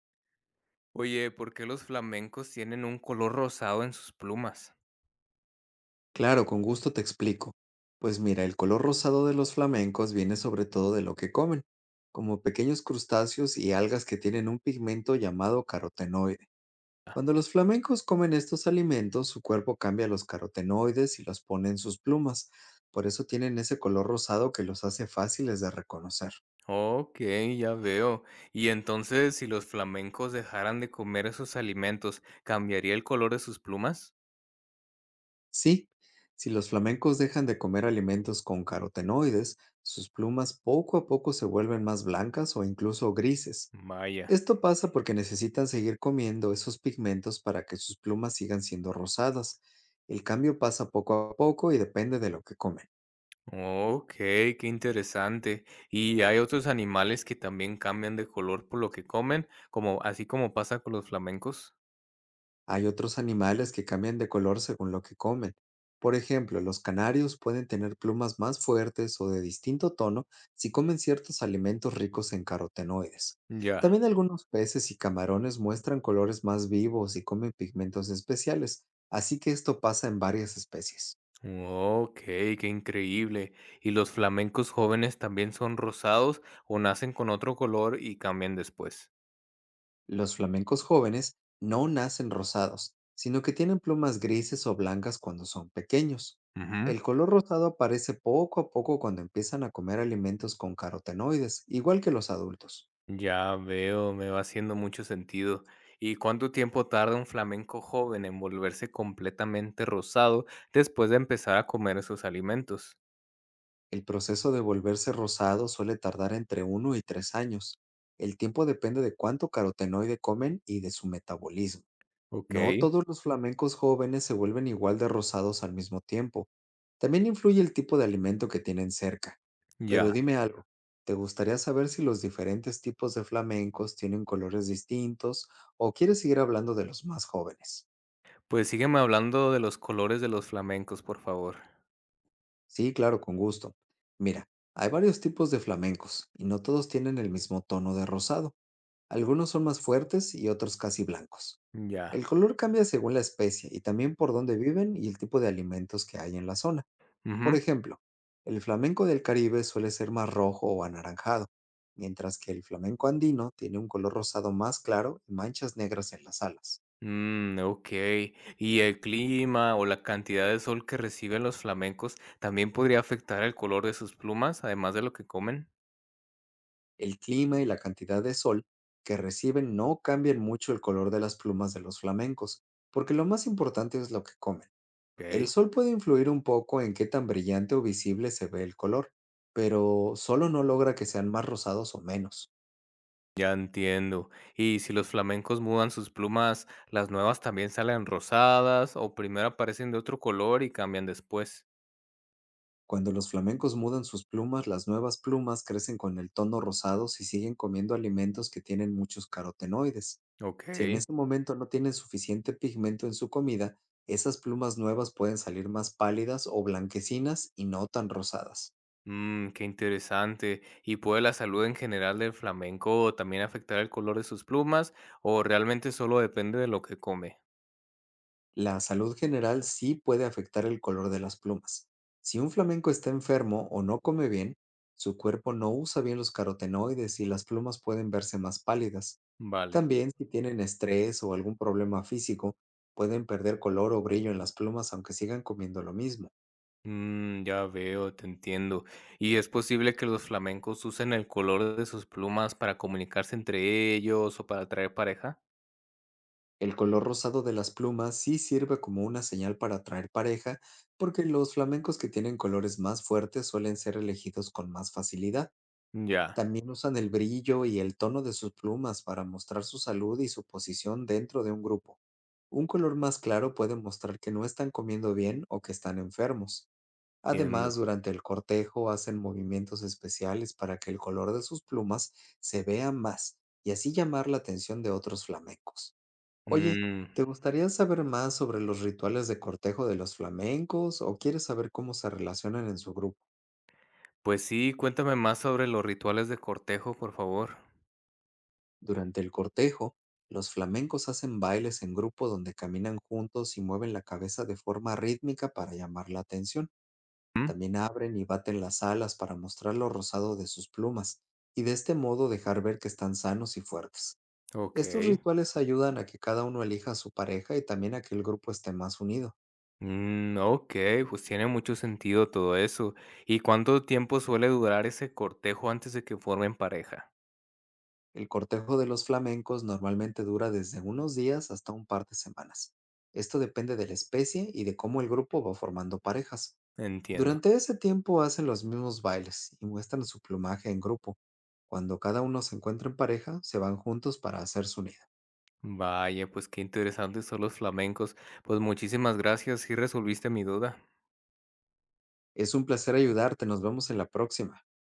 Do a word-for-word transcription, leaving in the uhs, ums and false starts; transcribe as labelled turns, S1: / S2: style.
S1: Oye, ¿por qué los flamencos tienen un color rosado en sus plumas?
S2: Claro, con gusto te explico. Pues mira, el color rosado de los flamencos viene sobre todo de lo que comen, como pequeños crustáceos y algas que tienen un pigmento llamado carotenoide. Cuando los flamencos comen estos alimentos, su cuerpo cambia los carotenoides y los pone en sus plumas. Por eso tienen ese color rosado que los hace fáciles de reconocer.
S1: Ok, ya veo. Y entonces, si los flamencos dejaran de comer esos alimentos, ¿cambiaría el color de sus plumas?
S2: Sí, si los flamencos dejan de comer alimentos con carotenoides, sus plumas poco a poco se vuelven más blancas o incluso grises.
S1: Vaya.
S2: Esto pasa porque necesitan seguir comiendo esos pigmentos para que sus plumas sigan siendo rosadas. El cambio pasa poco a poco y depende de lo que comen.
S1: Ok, qué interesante. ¿Y hay otros animales que también cambian de color por lo que comen, como así como pasa con los flamencos?
S2: Hay otros animales que cambian de color según lo que comen. Por ejemplo, los canarios pueden tener plumas más fuertes o de distinto tono si comen ciertos alimentos ricos en carotenoides.
S1: Ya.
S2: También algunos peces y camarones muestran colores más vivos y comen pigmentos especiales, así que esto pasa en varias especies.
S1: Ok, qué increíble. ¿Y los flamencos jóvenes también son rosados o nacen con otro color y cambian después?
S2: Los flamencos jóvenes no nacen rosados, sino que tienen plumas grises o blancas cuando son pequeños.
S1: Ujú.
S2: El color rosado aparece poco a poco cuando empiezan a comer alimentos con carotenoides, igual que los adultos.
S1: Ya veo, me va haciendo mucho sentido. ¿Y cuánto tiempo tarda un flamenco joven en volverse completamente rosado después de empezar a comer esos alimentos?
S2: El proceso de volverse rosado suele tardar entre uno y tres años. El tiempo depende de cuánto carotenoide comen y de su metabolismo.
S1: Ok,
S2: No todos los flamencos jóvenes se vuelven igual de rosados al mismo tiempo. También influye el tipo de alimento que tienen cerca.
S1: ya.
S2: Pero dime algo, ¿te gustaría saber si los diferentes tipos de flamencos tienen colores distintos o quieres seguir hablando de los más jóvenes?
S1: Pues sígueme hablando de los colores de los flamencos, por favor.
S2: Sí, claro, con gusto. Mira, hay varios tipos de flamencos y no todos tienen el mismo tono de rosado. Algunos son más fuertes y otros casi blancos.
S1: Ya.
S2: El color cambia según la especie y también por dónde viven y el tipo de alimentos que hay en la zona. Por
S1: Ujú.
S2: ejemplo, el flamenco del Caribe suele ser más rojo o anaranjado, mientras que el flamenco andino tiene un color rosado más claro y manchas negras en las alas.
S1: Mm, ok. ¿Y el clima o la cantidad de sol que reciben los flamencos también podría afectar el color de sus plumas, además de lo que comen?
S2: El clima y la cantidad de sol que reciben no cambian mucho el color de las plumas de los flamencos, porque lo más importante es lo que comen. El
S1: Ok.
S2: sol puede influir un poco en qué tan brillante o visible se ve el color, pero solo no logra que sean más rosados o menos.
S1: Ya entiendo. Y si los flamencos mudan sus plumas, ¿las nuevas también salen rosadas o primero aparecen de otro color y cambian después?
S2: Cuando los flamencos mudan sus plumas, las nuevas plumas crecen con el tono rosado si siguen comiendo alimentos que tienen muchos carotenoides.
S1: Ok.
S2: Si en ese momento no tienen suficiente pigmento en su comida, esas plumas nuevas pueden salir más pálidas o blanquecinas y no tan rosadas.
S1: Mmm, qué interesante. ¿Y puede la salud en general del flamenco también afectar el color de sus plumas o realmente solo depende de lo que come?
S2: La salud general sí puede afectar el color de las plumas. Si un flamenco está enfermo o no come bien, su cuerpo no usa bien los carotenoides y las plumas pueden verse más pálidas.
S1: Vale.
S2: También si tienen estrés o algún problema físico, pueden perder color o brillo en las plumas aunque sigan comiendo lo mismo.
S1: Mmm, ya veo, te entiendo. ¿Y es posible que los flamencos usen el color de sus plumas para comunicarse entre ellos o para atraer pareja?
S2: El color rosado de las plumas sí sirve como una señal para atraer pareja, porque los flamencos que tienen colores más fuertes suelen ser elegidos con más facilidad.
S1: Ya,
S2: También usan el brillo y el tono de sus plumas para mostrar su salud y su posición dentro de un grupo. Un color más claro puede mostrar que no están comiendo bien o que están enfermos.
S1: entiendo.
S2: Además, durante el cortejo hacen movimientos especiales para que el color de sus plumas se vea más y así llamar la atención de otros flamencos. Oye,
S1: Mm.
S2: ¿te gustaría saber más sobre los rituales de cortejo de los flamencos o quieres saber cómo se relacionan en su grupo?
S1: Pues sí, cuéntame más sobre los rituales de cortejo, por favor.
S2: Durante el cortejo, los flamencos hacen bailes en grupo donde caminan juntos y mueven la cabeza de forma rítmica para llamar la atención.
S1: Mm,
S2: También abren y baten las alas para mostrar lo rosado de sus plumas y de este modo dejar ver que están sanos y fuertes. Estos
S1: okey.
S2: rituales ayudan a que cada uno elija a su pareja y también a que el grupo esté más unido.
S1: Mm, okey, pues tiene mucho sentido todo eso. ¿Y cuánto tiempo suele durar ese cortejo antes de que formen pareja?
S2: El cortejo de los flamencos normalmente dura desde unos días hasta un par de semanas. Esto depende de la especie y de cómo el grupo va formando parejas.
S1: Entiendo.
S2: Durante ese tiempo hacen los mismos bailes y muestran su plumaje en grupo. Cuando cada uno se encuentra en pareja, se van juntos para hacer su nido.
S1: Vaya, pues qué interesantes son los flamencos. Pues muchísimas gracias, sí resolviste mi duda.
S2: Es un placer ayudarte, nos vemos en la próxima.